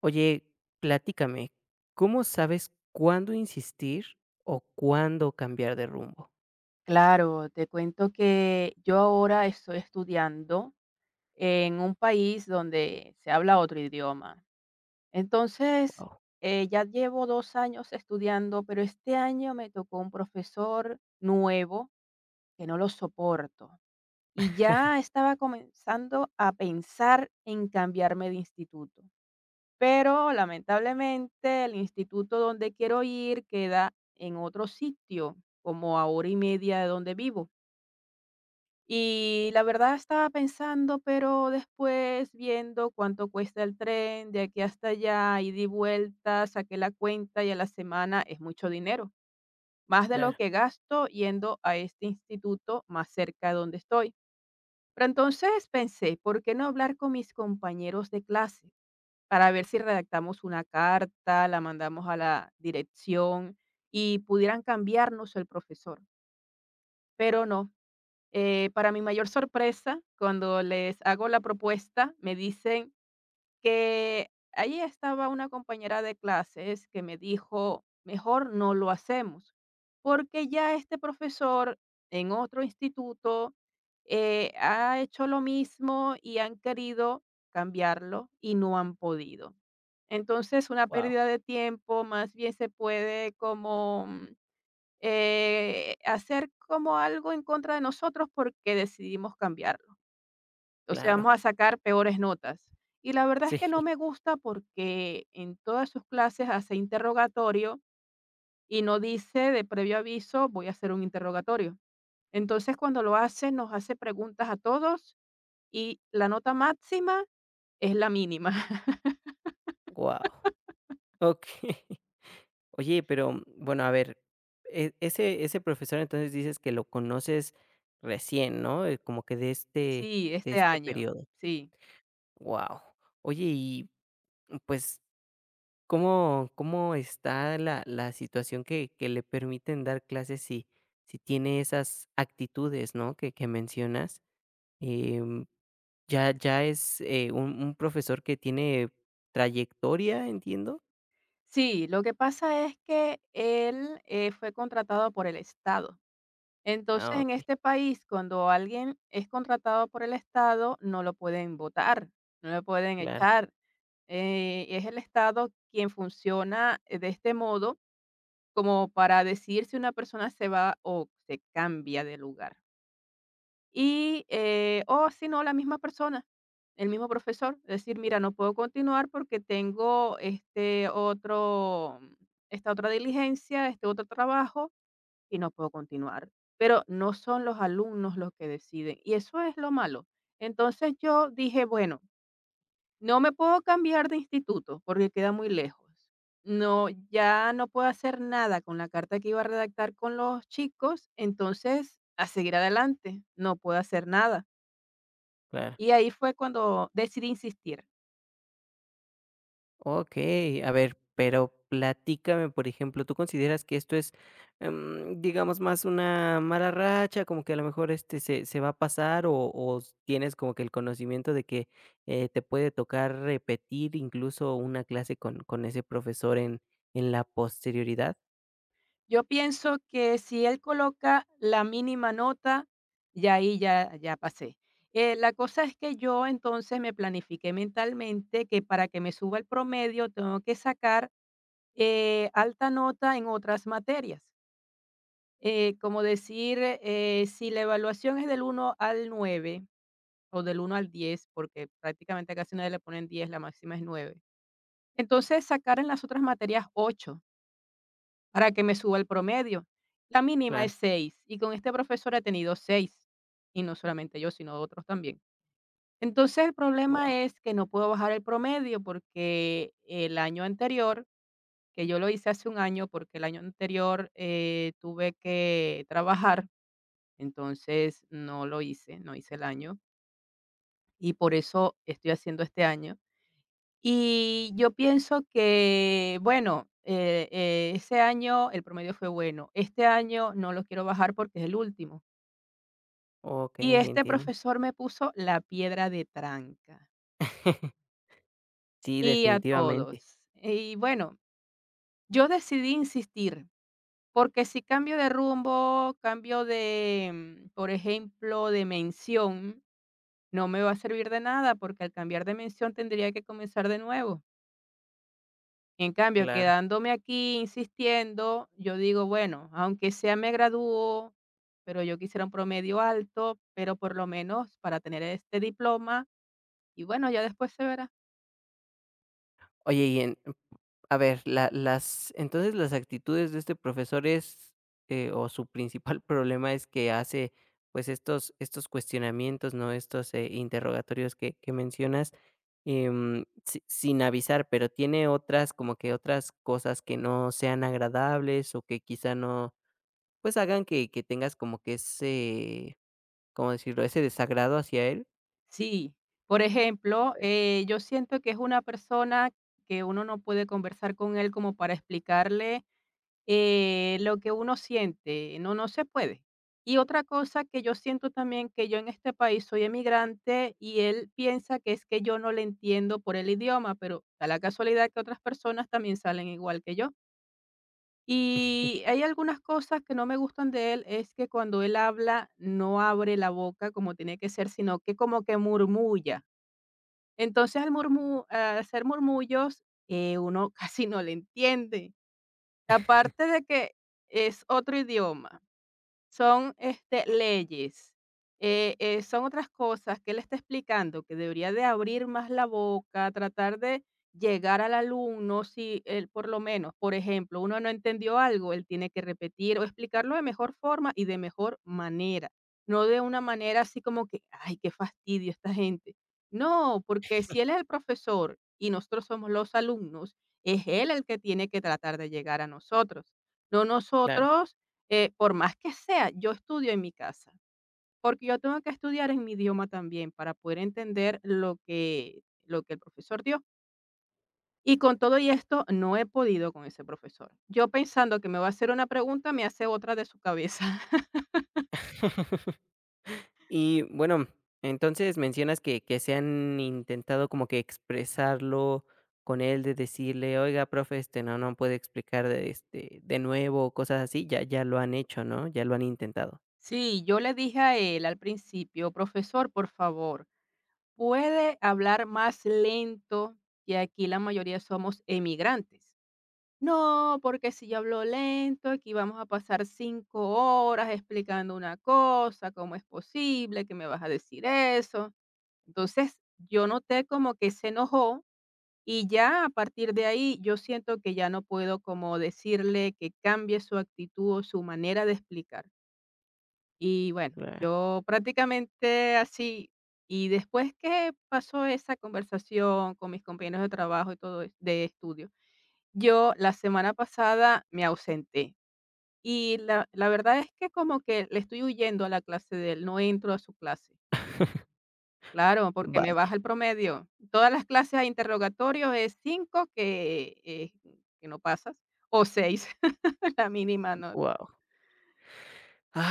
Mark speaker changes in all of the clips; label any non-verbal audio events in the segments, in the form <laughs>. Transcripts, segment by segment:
Speaker 1: Oye, platícame, ¿cómo sabes cuándo insistir o cuándo cambiar de rumbo?
Speaker 2: Claro, te cuento que yo ahora estoy estudiando en un país donde se habla otro idioma. Entonces,
Speaker 1: Wow.
Speaker 2: ya llevo 2 años estudiando, pero este año me tocó un profesor nuevo que no lo soporto. Y ya estaba comenzando a pensar en cambiarme de instituto. Pero lamentablemente el instituto donde quiero ir queda en otro sitio, como a hora y media de donde vivo. Y la verdad estaba pensando, pero después viendo cuánto cuesta el tren de aquí hasta allá, y di vuelta, saqué la cuenta y a la semana es mucho dinero, más de lo
Speaker 1: Claro.
Speaker 2: que gasto yendo a este instituto más cerca de donde estoy. Pero entonces pensé, ¿por qué no hablar con mis compañeros de clase para ver si redactamos una carta, la mandamos a la dirección y pudieran cambiarnos el profesor? Pero no. Para mi mayor sorpresa, cuando les hago la propuesta, me dicen que allí estaba una compañera de clases que me dijo, mejor no lo hacemos, porque ya este profesor en otro instituto ha hecho lo mismo y han querido cambiarlo y no han podido. Entonces, una
Speaker 1: Wow.
Speaker 2: pérdida de tiempo, más bien se puede como hacer como algo en contra de nosotros porque decidimos cambiarlo. Entonces
Speaker 1: Claro.
Speaker 2: vamos a sacar peores notas. Y la verdad
Speaker 1: Sí.
Speaker 2: es que no
Speaker 1: <laughs>
Speaker 2: me gusta porque en todas sus clases hace interrogatorio y no dice de previo aviso voy a hacer un interrogatorio. Entonces cuando lo hace nos hace preguntas a todos y la nota máxima es la mínima. <laughs>
Speaker 1: Wow. Okey. <laughs> Oye, pero, bueno, a ver, ese profesor, entonces, dices que lo conoces recién, ¿no? Como que
Speaker 2: Sí,
Speaker 1: de
Speaker 2: este
Speaker 1: este
Speaker 2: año,
Speaker 1: periodo.
Speaker 2: sí.
Speaker 1: Wow. Oye, y, pues, ¿cómo cómo está la situación que le permiten dar clases si si tiene esas actitudes, no, que mencionas? Em, ya es, un profesor que tiene trayectoria, entiendo.
Speaker 2: Sí, lo que pasa es que él fue contratado por el Estado. Entonces,
Speaker 1: Ah,
Speaker 2: en
Speaker 1: okey.
Speaker 2: este país, cuando alguien es contratado por el Estado, no lo pueden votar, no lo pueden
Speaker 1: Claro.
Speaker 2: echar. Es el Estado quien funciona de este modo como para decir si una persona se va o se cambia de lugar. Y, o si no, la misma persona, el mismo profesor, decir, mira, no puedo continuar porque tengo este otro, esta otra diligencia, este otro trabajo y no puedo continuar. Pero no son los alumnos los que deciden y eso es lo malo. Entonces yo dije, bueno, no me puedo cambiar de instituto porque queda muy lejos. No, ya no puedo hacer nada con la carta que iba a redactar con los chicos, entonces a seguir adelante, no puedo hacer nada.
Speaker 1: Claro.
Speaker 2: Y ahí fue cuando decidí insistir.
Speaker 1: Okey, a ver, pero platícame, por ejemplo, ¿tú consideras que esto es, digamos, más una mala racha, como que a lo mejor, este, se va a pasar, o tienes como que el conocimiento de que, te puede tocar repetir incluso una clase con ese profesor en la posterioridad?
Speaker 2: Yo pienso que si él coloca la mínima nota, ya ahí ya pasé. La cosa es que yo entonces me planifiqué mentalmente que para que me suba el promedio tengo que sacar, alta nota en otras materias. Como decir, si la evaluación es del uno al 9 o del uno al 10, porque prácticamente casi nadie le ponen 10, la máxima es 9. Entonces, sacar en las otras materias 8, para que me suba el promedio. La mínima
Speaker 1: Claro.
Speaker 2: es 6 y con este profesor he tenido 6 y no solamente yo, sino otros también. Entonces, el
Speaker 1: Wow.
Speaker 2: problema es que no puedo bajar el promedio porque el año anterior, que yo lo hice hace un año, porque el año anterior tuve que trabajar, entonces no lo hice, no hice el año y por eso estoy haciendo este año. Y yo pienso que, bueno, ese año el promedio fue bueno, este año no lo quiero bajar porque es el último. Y
Speaker 1: Okey,
Speaker 2: este
Speaker 1: entiendo.
Speaker 2: profesor me puso la piedra de tranca,
Speaker 1: <laughs> Sí,
Speaker 2: y a
Speaker 1: definitivamente.
Speaker 2: todos. Y bueno, yo decidí insistir, porque si cambio de rumbo, cambio de, por ejemplo, de mención, no me va a servir de nada, porque al cambiar de mención tendría que comenzar de nuevo. En cambio,
Speaker 1: Claro.
Speaker 2: quedándome aquí insistiendo, yo digo, bueno, aunque sea me gradúo, pero yo quisiera un promedio alto, pero por lo menos para tener este diploma y bueno, ya después se verá.
Speaker 1: Oye, y en, a ver, la las entonces las actitudes de este profesor es, o su principal <laughs> problema es que hace, pues, estos estos cuestionamientos, ¿no? Estos interrogatorios que mencionas, sin avisar, pero tiene otras, como que otras cosas que no sean agradables o que quizá no, pues, hagan que tengas como que ese, ¿cómo decirlo? Ese desagrado hacia él.
Speaker 2: Sí, por ejemplo, yo siento que es una persona que uno no puede conversar con él como para explicarle lo que uno siente, no, no se puede. Y otra cosa que yo siento también que yo en este país soy emigrante y él piensa que es que yo no le entiendo por el idioma, pero da la casualidad que otras personas también salen igual que yo. Y hay algunas cosas que no me gustan de él, es que cuando él habla no abre la boca como tiene que ser, sino que como que murmulla. Entonces al al hacer murmullos, uno <laughs> casi no le entiende. Aparte de que es otro idioma, son, este, leyes, son otras cosas que él está explicando, que debería de abrir más la boca, tratar de llegar al alumno, si él, por lo menos, por ejemplo, uno no entendió algo, él tiene que repetir o explicarlo de mejor forma y de mejor manera, no de una manera así como que: "Ay, qué fastidio esta gente". No, porque si él es el profesor y nosotros somos los alumnos, es él el que tiene que tratar de llegar a nosotros, no
Speaker 1: Claro.
Speaker 2: nosotros por más que sea, yo estudio en mi casa, porque yo tengo que estudiar en mi idioma también para poder entender lo que el profesor dio. Y con todo y esto, no he podido con ese profesor. Yo pensando que me va a hacer una pregunta, me hace otra de su cabeza. <laughs>
Speaker 1: Y bueno, entonces mencionas que se han intentado como que expresarlo con él, de decirle: "Oiga, profe, este, no no puede explicar, de, este, de nuevo", cosas así, ya ya lo han hecho, ¿no? Ya lo han intentado.
Speaker 2: Sí, yo le dije a él al principio, profesor, por favor, ¿puede hablar más lento? Que aquí la mayoría somos emigrantes. No, porque si yo hablo lento, aquí vamos a pasar 5 horas explicando una cosa, ¿cómo es posible que me vas a decir eso? Entonces, yo noté como que se enojó y ya a partir de ahí yo siento que ya no puedo como decirle que cambie su actitud o su manera de explicar. Y bueno,
Speaker 1: Ah.
Speaker 2: yo prácticamente así, y después que pasó esa conversación con mis compañeros de trabajo y todo de estudio, yo la semana pasada me ausenté y la verdad es que como que le estoy huyendo a la clase de él, no entro a su clase. Claro, porque me baja
Speaker 1: Vaya.
Speaker 2: el promedio. Todas las clases a interrogatorio es 5 que no pasas o 6 <laughs> la mínima nota.
Speaker 1: Wow.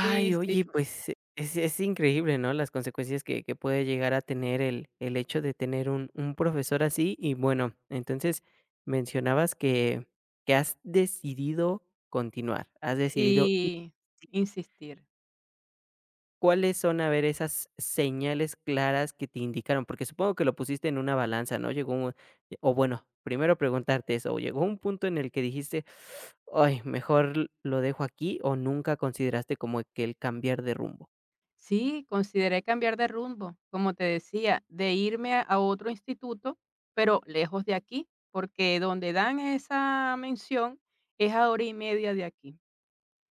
Speaker 2: Sí, sí,
Speaker 1: oye, pues, e, es increíble, ¿no?, las consecuencias que puede llegar a tener el hecho de tener un profesor así. Y bueno, entonces mencionabas que has decidido continuar, has decidido.
Speaker 2: y insistir.
Speaker 1: ¿Cuáles son, a ver, esas señales claras que te indicaron? Porque supongo que lo pusiste en una balanza, ¿no? Llegó un, o bueno, primero preguntarte eso, ¿llegó un punto en el que dijiste: "Ay, mejor lo dejo aquí", o nunca consideraste como que el cambiar de rumbo?
Speaker 2: Sí, consideré cambiar de rumbo, como te decía, de irme a otro instituto, pero lejos de aquí, porque donde dan esa mención es a hora y media de aquí.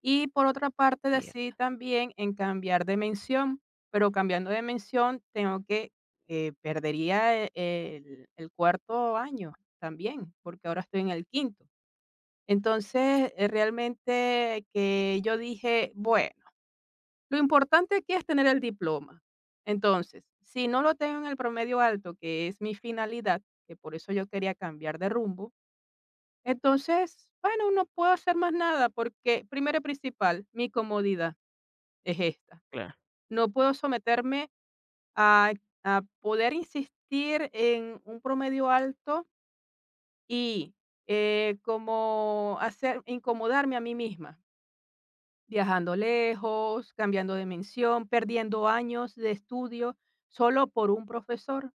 Speaker 2: Y por otra parte, decidí
Speaker 1: Cierto.
Speaker 2: también en cambiar de mención, pero cambiando de mención tengo que perdería el cuarto año también, porque ahora estoy en el quinto. Entonces, realmente que yo dije, bueno. Lo importante aquí es tener el diploma. Entonces, si no lo tengo en el promedio alto, que es mi finalidad, que por eso yo quería cambiar de rumbo, entonces, bueno, no puedo hacer más nada porque, primero y principal, mi comodidad es esta.
Speaker 1: Claro.
Speaker 2: No puedo someterme a, poder insistir en un promedio alto y como hacer incomodarme a mí misma, viajando lejos, cambiando de mención, perdiendo años de estudio solo por un profesor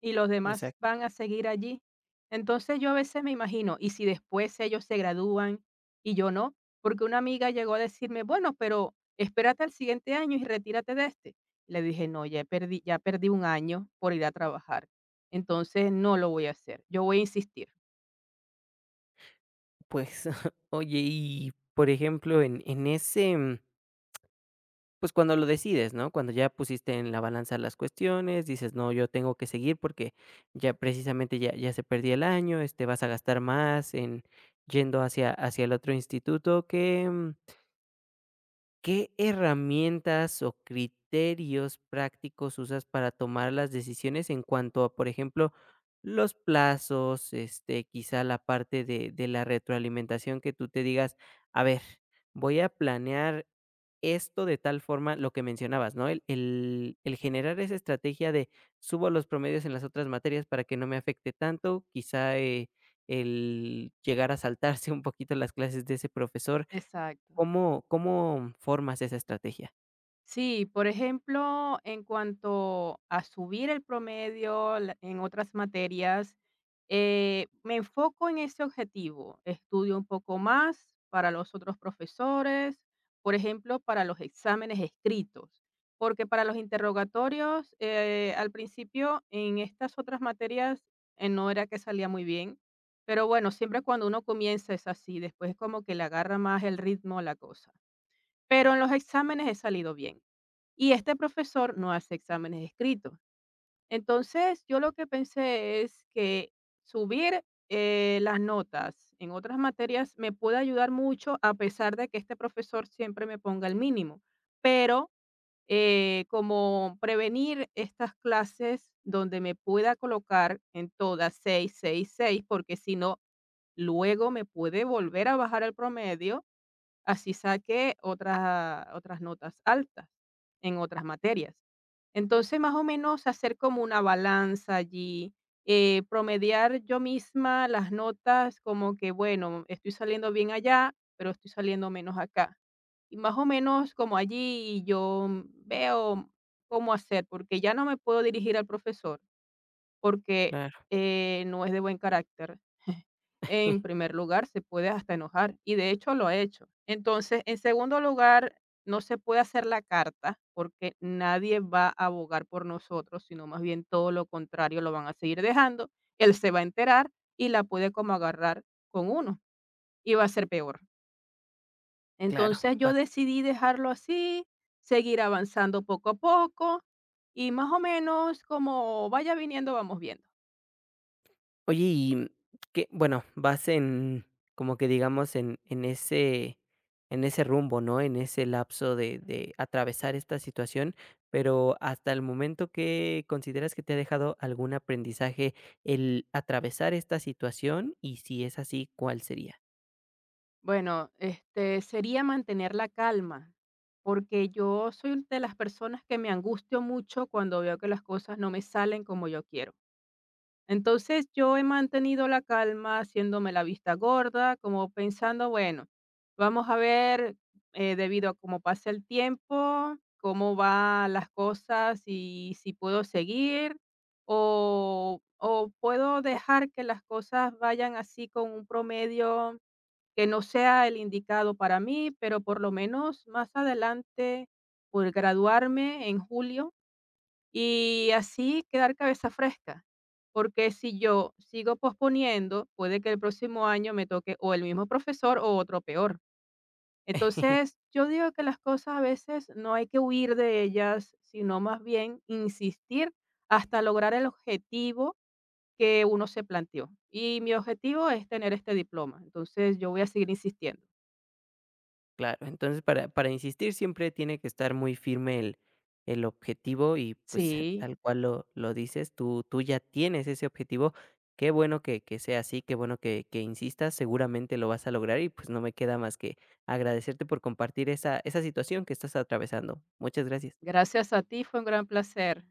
Speaker 2: y los demás
Speaker 1: Exacto.
Speaker 2: van a seguir allí. Entonces yo a veces me imagino, ¿y si después ellos se gradúan y yo no? Porque una amiga llegó a decirme, bueno, pero espérate al siguiente año y retírate de este. Le dije, no, ya perdí un año por ir a trabajar. Entonces no lo voy a hacer, yo voy a insistir.
Speaker 1: Pues, <laughs> oye, y por ejemplo, en ese, pues, cuando lo decides, ¿no? Cuando ya pusiste en la balanza las cuestiones, dices: "No, yo tengo que seguir porque ya precisamente ya ya se perdía el año", este, vas a gastar más en yendo hacia hacia el otro instituto que, ¿qué herramientas o criterios prácticos usas para tomar las decisiones en cuanto a, por ejemplo, los plazos, este, quizá la parte de la retroalimentación que tú te digas, a ver, voy a planear esto de tal forma, lo que mencionabas, ¿no? El generar esa estrategia de subo los promedios en las otras materias para que no me afecte tanto, quizá el llegar a saltarse <laughs> un poquito las clases de ese profesor.
Speaker 2: Exacto.
Speaker 1: ¿Cómo cómo formas esa estrategia?
Speaker 2: Sí, por ejemplo, en cuanto a subir el promedio en otras materias, me enfoco en ese objetivo. Estudio un poco más para los otros profesores, por ejemplo, para los exámenes escritos, porque para los interrogatorios, al principio en estas otras materias no era que salía muy bien, pero bueno, siempre cuando uno comienza es así, después es como que le agarra más el ritmo a la cosa. Pero en los exámenes he salido bien. Y este profesor no hace exámenes escritos. Entonces, yo lo que pensé es que subir, las notas en otras materias me puede ayudar mucho, a pesar de que este profesor siempre me ponga el mínimo. Pero, como prevenir estas clases donde me pueda colocar en todas 6, 6, 6, porque si no, luego me puede volver a bajar el promedio. Así saqué otras notas altas en otras materias. Entonces, más o menos hacer como una balanza allí, promediar yo misma las notas como que, bueno, estoy saliendo bien allá, pero estoy saliendo menos acá. Y más o menos como allí yo veo cómo hacer, porque ya no me puedo dirigir al profesor, porque,
Speaker 1: Claro.
Speaker 2: no es de buen carácter. En
Speaker 1: <laughs>
Speaker 2: primer lugar, se puede hasta enojar y de hecho lo ha hecho. Entonces, en segundo lugar, no se puede hacer la carta porque nadie va a abogar por nosotros, sino más bien todo lo contrario, lo van a seguir dejando. Él se va a enterar y la puede como agarrar con uno y va a ser peor.
Speaker 1: Claro,
Speaker 2: Entonces, yo
Speaker 1: va.
Speaker 2: decidí dejarlo así, seguir avanzando poco a poco, y más o menos como vaya viniendo, vamos viendo.
Speaker 1: Oye, y que, bueno, vas en como que digamos en ese rumbo, ¿no? En ese lapso de atravesar esta situación, pero hasta el momento, ¿que consideras que te ha dejado algún aprendizaje el atravesar esta situación? Y si es así, ¿cuál sería?
Speaker 2: Bueno, este, sería mantener la calma, porque yo soy de las personas que me angustio mucho cuando veo que las cosas no me salen como yo quiero. Entonces, yo he mantenido la calma haciéndome la vista gorda, como pensando, bueno, vamos a ver, debido a cómo pasa el tiempo, cómo van las cosas y si puedo seguir o puedo dejar que las cosas vayan así con un promedio que no sea el indicado para mí, pero por lo menos más adelante, por graduarme en julio, y así quedar cabeza fresca. Porque si yo sigo posponiendo, puede que el próximo año me toque o el mismo profesor o otro peor.
Speaker 1: <laughs>
Speaker 2: Entonces, yo digo que las cosas a veces no hay que huir de ellas, sino más bien insistir hasta lograr el objetivo que uno se planteó. Y mi objetivo es tener este diploma. Entonces, yo voy a seguir insistiendo.
Speaker 1: Claro, entonces para insistir siempre tiene que estar muy firme el objetivo y, pues, <laughs>
Speaker 2: Sí,
Speaker 1: tal cual lo dices, tú tú ya tienes ese objetivo. Qué bueno que sea así, qué bueno que insistas, seguramente lo vas a lograr y, pues, no me queda más que agradecerte por compartir esa esa situación que estás atravesando. Muchas gracias.
Speaker 2: gracias a ti, fue un gran placer.